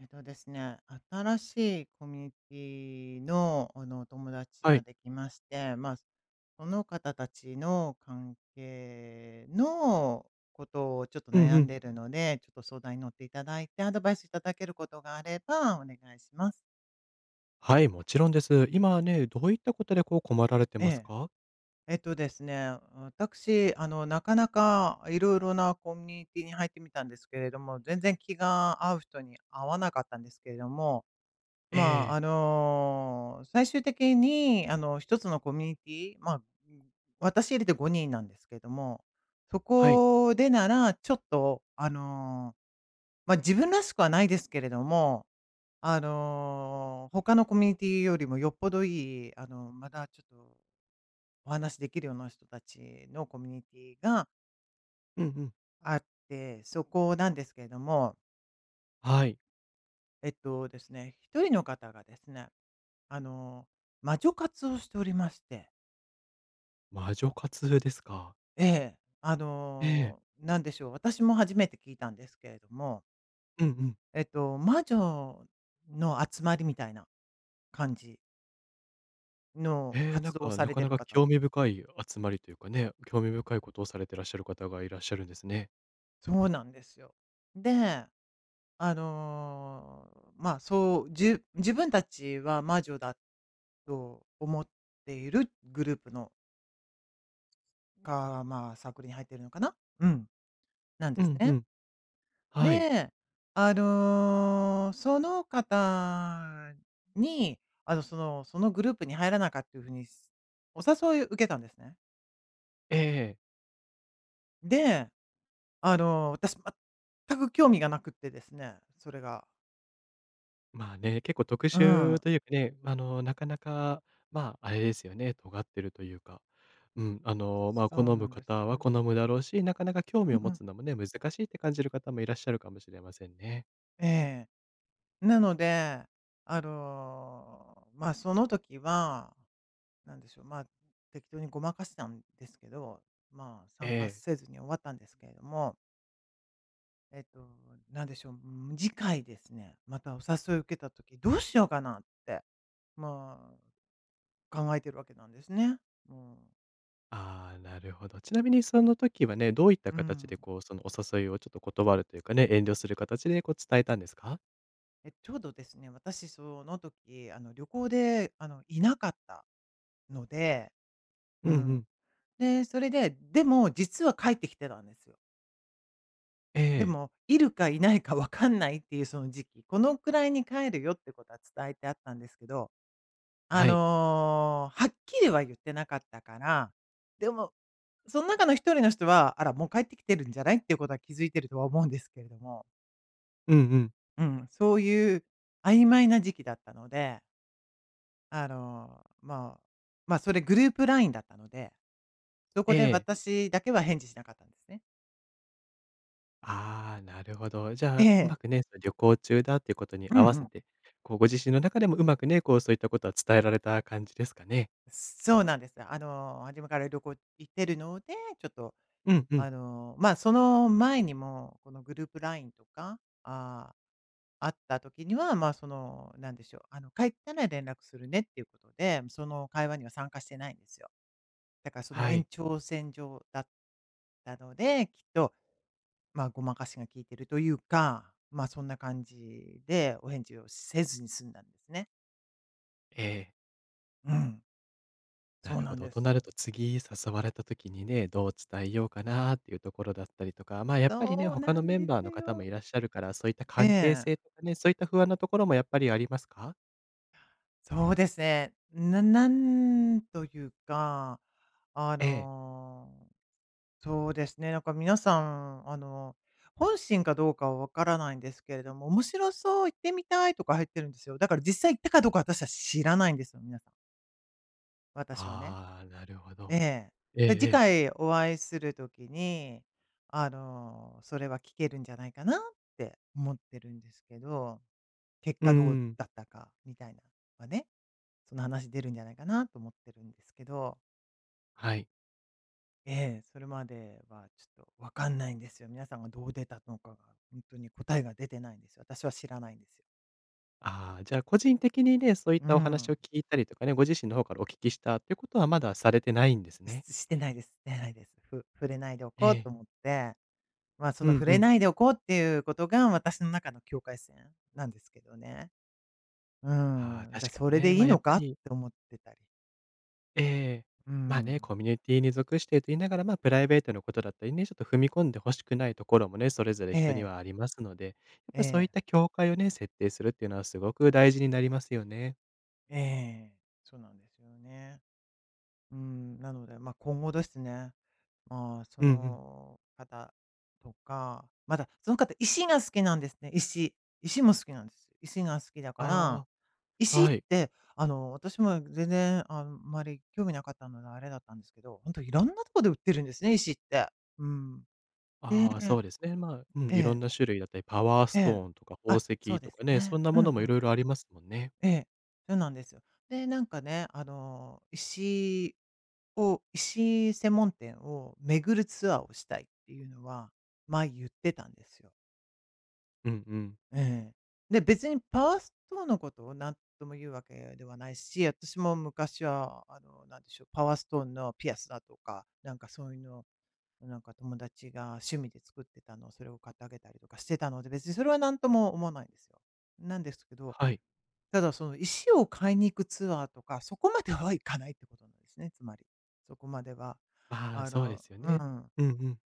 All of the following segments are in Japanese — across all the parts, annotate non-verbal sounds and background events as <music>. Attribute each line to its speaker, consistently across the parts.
Speaker 1: えっとですね、新しいコミュニティの、お友達
Speaker 2: は
Speaker 1: が
Speaker 2: い。
Speaker 1: できまして、その方たちの関係のことをちょっと
Speaker 2: うん
Speaker 1: 悩
Speaker 2: う
Speaker 1: ん
Speaker 2: ん。
Speaker 1: でいるので、ちょっと相談に乗っていただいて、アドバイスいただけることがあればお願いします。
Speaker 2: はい、もちろんです。今ね、どういったことでこう困られて
Speaker 1: え
Speaker 2: ます
Speaker 1: え。
Speaker 2: か？
Speaker 1: えっとですね、私、なかなかいろいろなコミュニティに入ってみたんですけれども、全然気が合う人に合わなかったんですけれども、
Speaker 2: え
Speaker 1: ま
Speaker 2: え、
Speaker 1: 最終的に、一つのコミュニティ、私入れて5人なんですけども、そ
Speaker 2: はい。
Speaker 1: こでなら、ちょっと、あの、まあ、自分らしくはないですけれども、他のコミュニティよりもよっぽどいい、まだちょっとお話できるような人たちのコミュニティが
Speaker 2: うんうん。
Speaker 1: あって、そこなんですけれども、
Speaker 2: はい。
Speaker 1: えっとですね、一人の方がですね、あの、魔女活をしておりまして。
Speaker 2: 魔女活ですか。
Speaker 1: ええ、あ
Speaker 2: ええ。
Speaker 1: の、なんでしょう、私も初めて聞いたんですけれども、
Speaker 2: うんうん。
Speaker 1: 魔女の集まりみたいな感じ
Speaker 2: え
Speaker 1: の
Speaker 2: え、な
Speaker 1: 活
Speaker 2: ん
Speaker 1: 動を
Speaker 2: か、
Speaker 1: さ
Speaker 2: な
Speaker 1: れ
Speaker 2: か
Speaker 1: て
Speaker 2: な
Speaker 1: る
Speaker 2: か
Speaker 1: 方な
Speaker 2: 興
Speaker 1: ん
Speaker 2: 味深い集まりというかね、興味深いことをされてらっしゃる方がいらっしゃるんですね。
Speaker 1: そうなんですよ。で、あの、まあ、そう、自分たちは魔女だと思っているグループのまあ、サークルに入っているのかな？うん、なんで
Speaker 2: う
Speaker 1: す
Speaker 2: んう
Speaker 1: ね。
Speaker 2: ん。はい。
Speaker 1: で、あの、その方に、そのグループに入らないかっていう風に、お誘い受けたんですね。
Speaker 2: ええ
Speaker 1: で、あの、私全く興味がなくってですね、それが。
Speaker 2: まあね、結構特
Speaker 1: う
Speaker 2: 殊
Speaker 1: ん。
Speaker 2: というかね、なかなか、まあ、あれですよね、尖ってるというか、うん、まあ、好
Speaker 1: そうな
Speaker 2: む
Speaker 1: んです。
Speaker 2: 方
Speaker 1: う
Speaker 2: は好
Speaker 1: ん、
Speaker 2: むだろうし、なかなか興味を持つのもね、難しいって感じる方もいらっしゃるかもしれませんね。
Speaker 1: ええ。なので、あの、まあ、その時は、なんでしょう、まあ、適当にごまかしたんですけど、まあ、
Speaker 2: え
Speaker 1: 参加
Speaker 2: え。
Speaker 1: せずに終わったんですけれども、えっと、なんでしょう、ん、次回ですね、またお誘いを受けた時、どうしようかなって、ま考えてるわけなんですね。もう、
Speaker 2: ああ、なるほど。ちなみにその時はね、どういった
Speaker 1: う
Speaker 2: 形で
Speaker 1: ん。
Speaker 2: こう、そのお誘いをちょっと断るというかね、遠慮する形でこう伝えたんですか？
Speaker 1: え、ちょうどですね、私その時、旅行で、いなかったので、
Speaker 2: う
Speaker 1: う
Speaker 2: んう
Speaker 1: ん。
Speaker 2: ん。
Speaker 1: で、それで、でも実は帰ってきてたんですよ。
Speaker 2: え
Speaker 1: で
Speaker 2: え。
Speaker 1: も、いるかいないかわかんないっていうその時期、このくらいに帰るよってことは伝えてあったんですけど、
Speaker 2: はい。
Speaker 1: はっきりは言ってなかったから、でもその中の一人の人は、あら、もう帰ってきてるんじゃないっていうことは気づいてるとは思うんですけれども、
Speaker 2: うんうん。
Speaker 1: うん、そういう曖昧な時期だったので、あの、まあ、それグループラインだったので、そ
Speaker 2: え
Speaker 1: こで
Speaker 2: え。
Speaker 1: 私だけは返事しなかったんですね。
Speaker 2: ああ、なるほど。じゃ
Speaker 1: え
Speaker 2: あ、うま
Speaker 1: え、
Speaker 2: くね、その旅行中だっていうことに
Speaker 1: うん
Speaker 2: 合わ
Speaker 1: う
Speaker 2: せ
Speaker 1: ん。
Speaker 2: て、こうご自身の中でもうまくね、こうそういったことは伝えられた感じですかね？
Speaker 1: そうなんです。初めから旅行行ってるので、ちょっと、
Speaker 2: うんうん。
Speaker 1: あの、まあ、その前にも、このグループラインとか、会った時には、まあ、その、なんでしょう、あの、帰ったら連絡するねっていうことで、その会話には参加してないんですよ。だからその
Speaker 2: は
Speaker 1: 延
Speaker 2: い。
Speaker 1: 長線上だったので、きっと、ごまかしが効いてるというか、まあ、そんな感じでお返事をせずに済んだんですね。
Speaker 2: ええ。
Speaker 1: うん、
Speaker 2: な
Speaker 1: そう
Speaker 2: る
Speaker 1: な
Speaker 2: ほ
Speaker 1: ん
Speaker 2: ど。
Speaker 1: で
Speaker 2: と
Speaker 1: す
Speaker 2: なる
Speaker 1: よ。
Speaker 2: と次誘われた時にね、どう伝えようかなっていうところだったりとか、まあ、やっぱりね、
Speaker 1: そうな
Speaker 2: 他の
Speaker 1: ん
Speaker 2: メ
Speaker 1: で
Speaker 2: ンバー
Speaker 1: す
Speaker 2: の方も
Speaker 1: よ。
Speaker 2: いらっしゃるから、そういった
Speaker 1: え
Speaker 2: 関係
Speaker 1: え、
Speaker 2: 性とかね、そういった不安なところもやっぱりありますか？
Speaker 1: そうですね。なんというか、あ
Speaker 2: ええ。
Speaker 1: のそうですね、皆さん、本心かどうかはわからないんですけれども、面白そう、行ってみたいとか入ってるんですよ。だから実際行ったかどうか私は知らないんですよ、皆さん。私はね。
Speaker 2: ああ、なるほ
Speaker 1: え
Speaker 2: ど。
Speaker 1: え。
Speaker 2: ええ
Speaker 1: で、
Speaker 2: え
Speaker 1: 次
Speaker 2: え。
Speaker 1: 回お会いする時に、それは聞けるんじゃないかなって思ってるんですけど、結
Speaker 2: うー
Speaker 1: 果どう
Speaker 2: ん。
Speaker 1: だったかみたいなのはね、その話出るんじゃないかなと思ってるんですけど。
Speaker 2: はい。
Speaker 1: ええ、それまではちょっとわかんないんですよ。皆さんがどう出たのかが、本当に答えが出てないんですよ。私は知らないんですよ。
Speaker 2: ああ、じゃあ、個人的にね、そういっ
Speaker 1: う
Speaker 2: たお話を
Speaker 1: ん。
Speaker 2: 聞いたりとかね、ご自身の方からお聞きしたっていうことはまだされてないんですね。
Speaker 1: してないです、してないです。触れないでお
Speaker 2: え
Speaker 1: こうと
Speaker 2: え。
Speaker 1: 思って、まあ、そ
Speaker 2: う
Speaker 1: の
Speaker 2: ん
Speaker 1: 触
Speaker 2: う
Speaker 1: れ
Speaker 2: ん。
Speaker 1: ないでおこうっていうことが私の中の境界線なんですけどね。う
Speaker 2: ああ、
Speaker 1: ん、
Speaker 2: 確か
Speaker 1: そ
Speaker 2: に
Speaker 1: れで
Speaker 2: ね。
Speaker 1: いい
Speaker 2: ま、やっ
Speaker 1: の
Speaker 2: ぱ
Speaker 1: かっ
Speaker 2: り
Speaker 1: て思ってたり。
Speaker 2: ええ。
Speaker 1: う
Speaker 2: まあね、
Speaker 1: ん。
Speaker 2: コミュニティに属していると言いながら、ま、プライベートのことだったりね、ちょっと踏み込んで欲しくないところもね、それぞれ
Speaker 1: え
Speaker 2: 人に
Speaker 1: え、
Speaker 2: はありますので、やっ
Speaker 1: え
Speaker 2: ぱそういっ
Speaker 1: え、
Speaker 2: た境界をね、設定するっていうのはすごく大事になりますよね。
Speaker 1: ええ。そうなんですよね。うん、なので、ま、あ今後ですね。そ
Speaker 2: うんうん。
Speaker 1: の方とか、まだその方、石が好きなんですね、石。石も好きなんです。石が好きだから、
Speaker 2: ああ、
Speaker 1: 石っ
Speaker 2: はい。
Speaker 1: て、私も全然あんまり興味なかったのであれだったんですけど、本当いろんなとこで売ってるんですね、石って。うん。で、え
Speaker 2: ああ、
Speaker 1: え、
Speaker 2: そうですね。まあ、うん、いろんな種類だったり、パワース
Speaker 1: え
Speaker 2: ト
Speaker 1: え。
Speaker 2: ーンとか宝
Speaker 1: あ、そう
Speaker 2: 石
Speaker 1: で
Speaker 2: とか
Speaker 1: す
Speaker 2: ね、そ
Speaker 1: ね。
Speaker 2: んな
Speaker 1: うん
Speaker 2: も
Speaker 1: う
Speaker 2: のもいろ
Speaker 1: ん。
Speaker 2: いろありますもんね。
Speaker 1: ええ、そうなんですよ。で、石専門店を巡るツアーをしたいっていうのは、前言ってたんですよ。
Speaker 2: うんうん。
Speaker 1: ええ。で、別にパワーストーンのことを何とも言うわけではないし、私も昔は、あの、なんでしょう、パワーストーンのピアスだとか、なんかそういうのを、なんか友達が趣味で作ってたのをそれを買ってあげたりとかしてたので、別にそれは何とも思わないんですよ。なんですけど、
Speaker 2: はい。
Speaker 1: ただその石を買いに行くツアーとか、そこまでは行かないってことなんですね、つまり。そこまでは。
Speaker 2: まあ、
Speaker 1: あ
Speaker 2: そうで
Speaker 1: の、
Speaker 2: すよ
Speaker 1: う
Speaker 2: ね。
Speaker 1: ん。
Speaker 2: うんうん。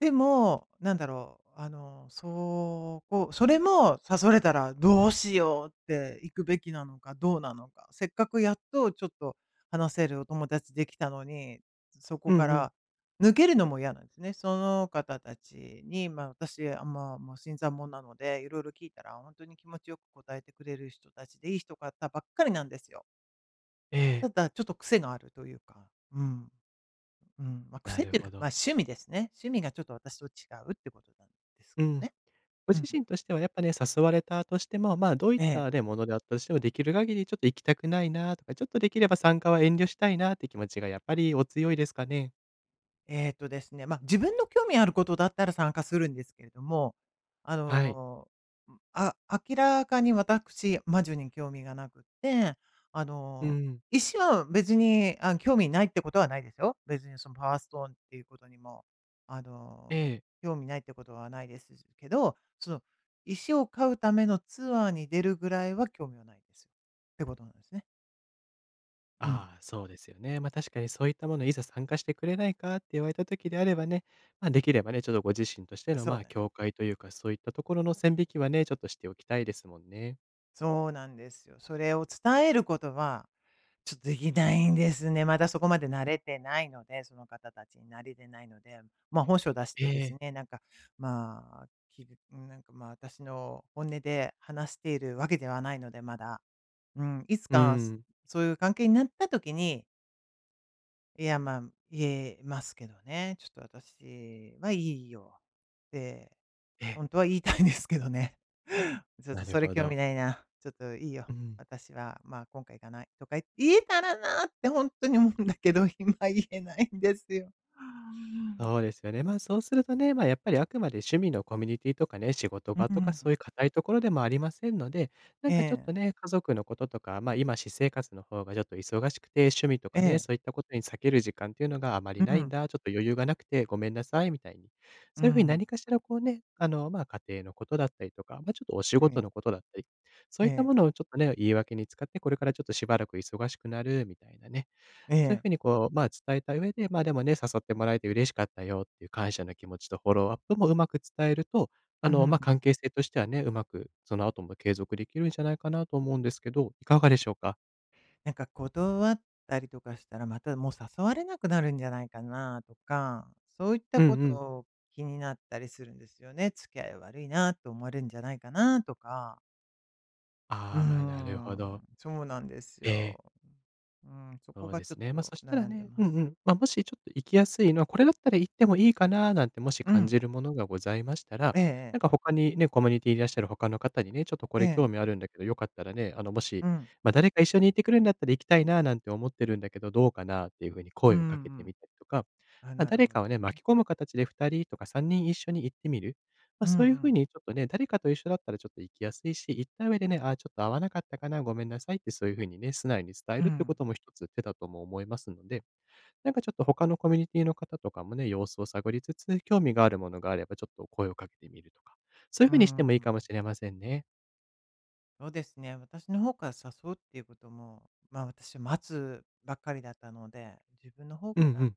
Speaker 1: でも、なんだろう、それも誘われたらどうしようって行くべきなのかどうなのか、せっかくやっとちょっと話せるお友達できたのに、そこ
Speaker 2: うん
Speaker 1: か
Speaker 2: うん。
Speaker 1: ら抜けるのも嫌なんですね。その方たちに、私、あ、まもう新参者なので、いろいろ聞いたら本当に気持ちよく答えてくれる人たちでいい人方ばっかりなんですよ。
Speaker 2: え
Speaker 1: た
Speaker 2: え、
Speaker 1: だ、ちょっと癖があるというか、うん。うん、まあ、
Speaker 2: な
Speaker 1: 癖っ
Speaker 2: る
Speaker 1: ていう
Speaker 2: ほ
Speaker 1: か、まあ、
Speaker 2: ど。
Speaker 1: 趣味ですね。趣味がちょっと私と違うってことなんです
Speaker 2: う
Speaker 1: けど
Speaker 2: ん。
Speaker 1: ね。
Speaker 2: ご
Speaker 1: う
Speaker 2: 自
Speaker 1: ん。
Speaker 2: 身としてはやっぱね、誘われたとしても、まあ、どういっ
Speaker 1: ええ、
Speaker 2: たね、ものであったとしても、できる限りちょっと行きたくないなとか、ちょっとできれば参加は遠慮したいなって気持ちがやっぱりお強いですかね。
Speaker 1: えっとですね、まあ、自分の興味あることだったら参加するんですけれども、あ
Speaker 2: はい。
Speaker 1: の、あ明らかに私、魔女に興味がなくって、あ
Speaker 2: う
Speaker 1: の、
Speaker 2: ん。
Speaker 1: 石は別に、あ、興味ないってことはないですよ。別にそのパワーストーンっていうことにも、あ
Speaker 2: え
Speaker 1: の、
Speaker 2: え。
Speaker 1: 興味ないってことはないですけど、その石を買うためのツアーに出るぐらいは興味はないですよ。ってことなんですね。うん。
Speaker 2: ああ、そうですよね。ま、あ確かにそういったもの、いざ参加してくれないかって言われた時であればね、ま、できればね、ちょっとご自身として
Speaker 1: あ、
Speaker 2: の、
Speaker 1: そ
Speaker 2: ま
Speaker 1: う
Speaker 2: あ、
Speaker 1: なんで
Speaker 2: 境
Speaker 1: す。
Speaker 2: 界というか、そういったところの線引きはね、ちょっとしておきたいですもんね。
Speaker 1: そうなんですよ。それを伝えることはちょっとできないんですね。まだそこまで慣れてないので、その方たちに慣れてないので、ま、本性を出して
Speaker 2: え
Speaker 1: です
Speaker 2: え。
Speaker 1: ね、まあ、きなんか、ま、私の本音で話しているわけではないので、まだ。うん、いつ
Speaker 2: う
Speaker 1: か、
Speaker 2: ん。
Speaker 1: そういう関係になった時に、いや、言えますけどね、ちょっと私は、いいよって
Speaker 2: ええ。
Speaker 1: 本当は言いたいんですけどね。<laughs> ちょっと
Speaker 2: なる
Speaker 1: それ
Speaker 2: ほ
Speaker 1: 興
Speaker 2: ど。
Speaker 1: 味ないな、ちょっといいよ、
Speaker 2: うん。
Speaker 1: 私は、今回行かないとか言えたらなって本当に思うんだけど、今言えないんですよ。
Speaker 2: そうですよね。まあ、そうするとね、まあ、やっぱりあくまで趣味のコミュニティとかね、仕事場
Speaker 1: う
Speaker 2: とか
Speaker 1: ん、
Speaker 2: そういう固いところでもありませんので、な
Speaker 1: え
Speaker 2: んかちょっ
Speaker 1: え、
Speaker 2: とね、家族のこととか、まあ、今、私生活の方がちょっと忙しくて、趣味と
Speaker 1: え
Speaker 2: かね、
Speaker 1: え、
Speaker 2: そういったことに避ける時間っていうのがあま
Speaker 1: う
Speaker 2: りないん
Speaker 1: ん、
Speaker 2: だ、ちょっと余裕がなくてごめんなさい、みたいに。
Speaker 1: う
Speaker 2: そういうふうに
Speaker 1: ん、
Speaker 2: 何かしらこうね、まあ、家庭のことだったりとか、まあ、ちょっとお仕
Speaker 1: う
Speaker 2: 事
Speaker 1: ん、
Speaker 2: のことだったり、そう
Speaker 1: え
Speaker 2: いった
Speaker 1: え、
Speaker 2: ものをちょっとね、言い訳に使って、これからちょっとしばらく忙しくなる、みたいなね。
Speaker 1: え
Speaker 2: そういう
Speaker 1: え、
Speaker 2: ふうにこう、まあ、伝えた上で、まあ、でもね、誘ってもらえて嬉しかったよっていう感謝の気持ちとフォローアップもうまく伝えると、
Speaker 1: う
Speaker 2: まあ、
Speaker 1: ん。
Speaker 2: 関係性としてはね、うまくその後も継続できるんじゃないかなと思うんですけど、いかがでしょうか？
Speaker 1: なんか断ったりとかしたら、またもう誘われなくなるんじゃないかなとか、そういった
Speaker 2: うん
Speaker 1: こ
Speaker 2: う
Speaker 1: と
Speaker 2: ん。
Speaker 1: を気になったりするんですよね。付き合い悪いなと思われるんじゃないかなとか。うー
Speaker 2: ああ、なるほど。
Speaker 1: ん、そうなんです
Speaker 2: ええ。
Speaker 1: よ。うん、そこ
Speaker 2: そう
Speaker 1: が
Speaker 2: で
Speaker 1: ちょっ
Speaker 2: すね。ま、そ
Speaker 1: と
Speaker 2: したら
Speaker 1: 悩んで
Speaker 2: ね
Speaker 1: ま
Speaker 2: うんう
Speaker 1: す。
Speaker 2: ん。ま、もしちょっと行きやすいのは、これだったら行ってもいいかななんてもし
Speaker 1: う
Speaker 2: 感
Speaker 1: ん、
Speaker 2: じるものがございましたら、
Speaker 1: ええ、
Speaker 2: な
Speaker 1: え
Speaker 2: んか
Speaker 1: え、
Speaker 2: 他にね、コミュニティにいらっしゃる他の方にね、ちょっとこ
Speaker 1: え
Speaker 2: れ興
Speaker 1: え、
Speaker 2: 味あるんだけど、よかったらね、もし、
Speaker 1: うん、
Speaker 2: ま、誰か一緒に行ってくれるんだったら行きたいななんて思ってるんだけど、どうかなっていうふうに
Speaker 1: うん
Speaker 2: 声
Speaker 1: う
Speaker 2: をかけて
Speaker 1: ん。
Speaker 2: みたりとか、
Speaker 1: あ、
Speaker 2: ま、
Speaker 1: なる
Speaker 2: 誰
Speaker 1: ほ
Speaker 2: かを
Speaker 1: ど
Speaker 2: ね、
Speaker 1: ね。
Speaker 2: 巻き込む形で2人とか3人一緒に行ってみる。ま、
Speaker 1: うんう
Speaker 2: そういう風
Speaker 1: ん、
Speaker 2: にちょっとね、誰かと一緒だったらちょっと行きやすいし、行った上でね、ああ、ちょっと合わなかったかな、ごめんなさいってそういう風にね、素直に伝え
Speaker 1: う
Speaker 2: るって
Speaker 1: ん、
Speaker 2: ことも一つ手だとも思いますので、なんかちょっと他のコミュニティの方とかもね、様子を探りつつ、興味があるものがあればちょっと声をかけてみるとか、そういう
Speaker 1: う
Speaker 2: 風にしてもいいかも
Speaker 1: ん。
Speaker 2: しれませんね。
Speaker 1: そうですね、私の方から誘うっていうことも、まあ、私は待つばっかりだったので、自分の方
Speaker 2: うんう
Speaker 1: から、
Speaker 2: ん。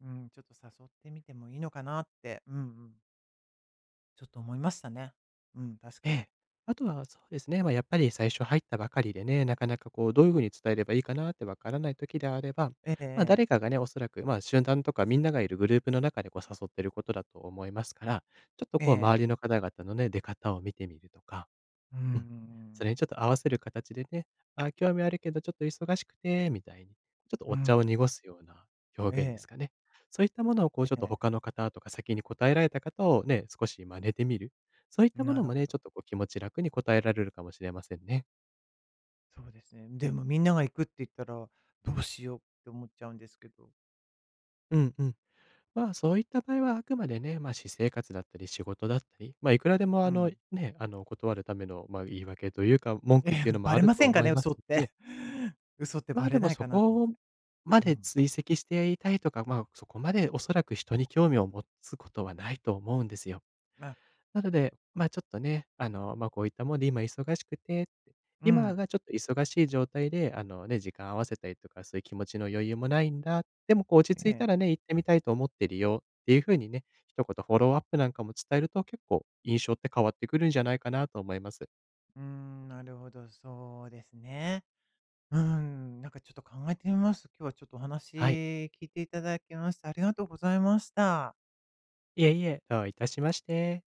Speaker 1: うん、ちょっと誘ってみてもいいのかなって、うんうん、ちょっと思いましたね。うん、確
Speaker 2: え
Speaker 1: かに。
Speaker 2: え。あとはそうですね、まあ、やっぱり最初入ったばかりでね、なかなかこうどういう風に伝えればいいかなってわからない時であれば、
Speaker 1: えええ
Speaker 2: まあ、誰
Speaker 1: え、
Speaker 2: かがね、おそらく、ま、あ集団とかみんながいるグループの中でこう誘ってることだと思いますから、ちょっと
Speaker 1: え
Speaker 2: こう
Speaker 1: え、
Speaker 2: 周りの方々のね、出方を見てみるとか、
Speaker 1: うんうんう
Speaker 2: うん。そ
Speaker 1: ん。
Speaker 2: れにちょっと合わせる形でね、あ、興味あるけどちょっと忙しくてみたいに、ちょっと
Speaker 1: う
Speaker 2: お茶を
Speaker 1: ん、
Speaker 2: 濁すような
Speaker 1: え
Speaker 2: 表現で
Speaker 1: え。
Speaker 2: すかね。そういったものをこう
Speaker 1: え
Speaker 2: ちょっと
Speaker 1: え、
Speaker 2: 他の方とか先に答えられた方をね、少し真似てみる。そういったも
Speaker 1: な
Speaker 2: の
Speaker 1: る
Speaker 2: も
Speaker 1: ほ
Speaker 2: ね、ち
Speaker 1: ど。
Speaker 2: ょっとこう気持ち楽に答えられるかもしれませんね。
Speaker 1: そうですね。でもみんなが行くって言ったら、どうしようって思っちゃうんですけど。
Speaker 2: うんうん。まあそういった場合はあくまでね、ま、私生活だったり仕事だったり、ま、いくらでも
Speaker 1: う
Speaker 2: あの
Speaker 1: ん。
Speaker 2: ね、あの断るためのま、言い訳というか、文
Speaker 1: <laughs> え
Speaker 2: 句っ
Speaker 1: え、
Speaker 2: ていうのも
Speaker 1: バ
Speaker 2: あ
Speaker 1: レ
Speaker 2: る
Speaker 1: ま
Speaker 2: と
Speaker 1: せんか
Speaker 2: 思
Speaker 1: ね、
Speaker 2: いま
Speaker 1: 嘘
Speaker 2: す
Speaker 1: っ
Speaker 2: んで
Speaker 1: て。<laughs> 嘘って
Speaker 2: ま
Speaker 1: バ
Speaker 2: あ、で
Speaker 1: レ
Speaker 2: も
Speaker 1: ない
Speaker 2: そ
Speaker 1: かなと思っ
Speaker 2: こ
Speaker 1: て。
Speaker 2: ま
Speaker 1: う
Speaker 2: で
Speaker 1: ん。
Speaker 2: 追跡していたいとか、まあ、そこまでおそらく人に興味を持つことはないと思うんですよ。
Speaker 1: あ、
Speaker 2: なので、
Speaker 1: そっか。
Speaker 2: まあ、ちょっとね、まあ、こういったもんで今忙しくてって、
Speaker 1: う
Speaker 2: 今
Speaker 1: ん。
Speaker 2: がちょっと忙しい状態で、あのね、時間合わせたりとか、そういう気持ちの余裕もないんだ。でもこう落ち
Speaker 1: え
Speaker 2: 着いた
Speaker 1: え。
Speaker 2: らね、行ってみたいと思ってるよっていう風にね、一言フォローアップなんかも伝えると結構印象って変わってくるんじゃないかなと思います。
Speaker 1: うん、なるほど、そうですね。うん、なんかちょっと考えてみます。今日はちょっとお話
Speaker 2: はい。
Speaker 1: 聞いていただきまして、ありがとうございました。
Speaker 2: いえいえ、どういたしまして。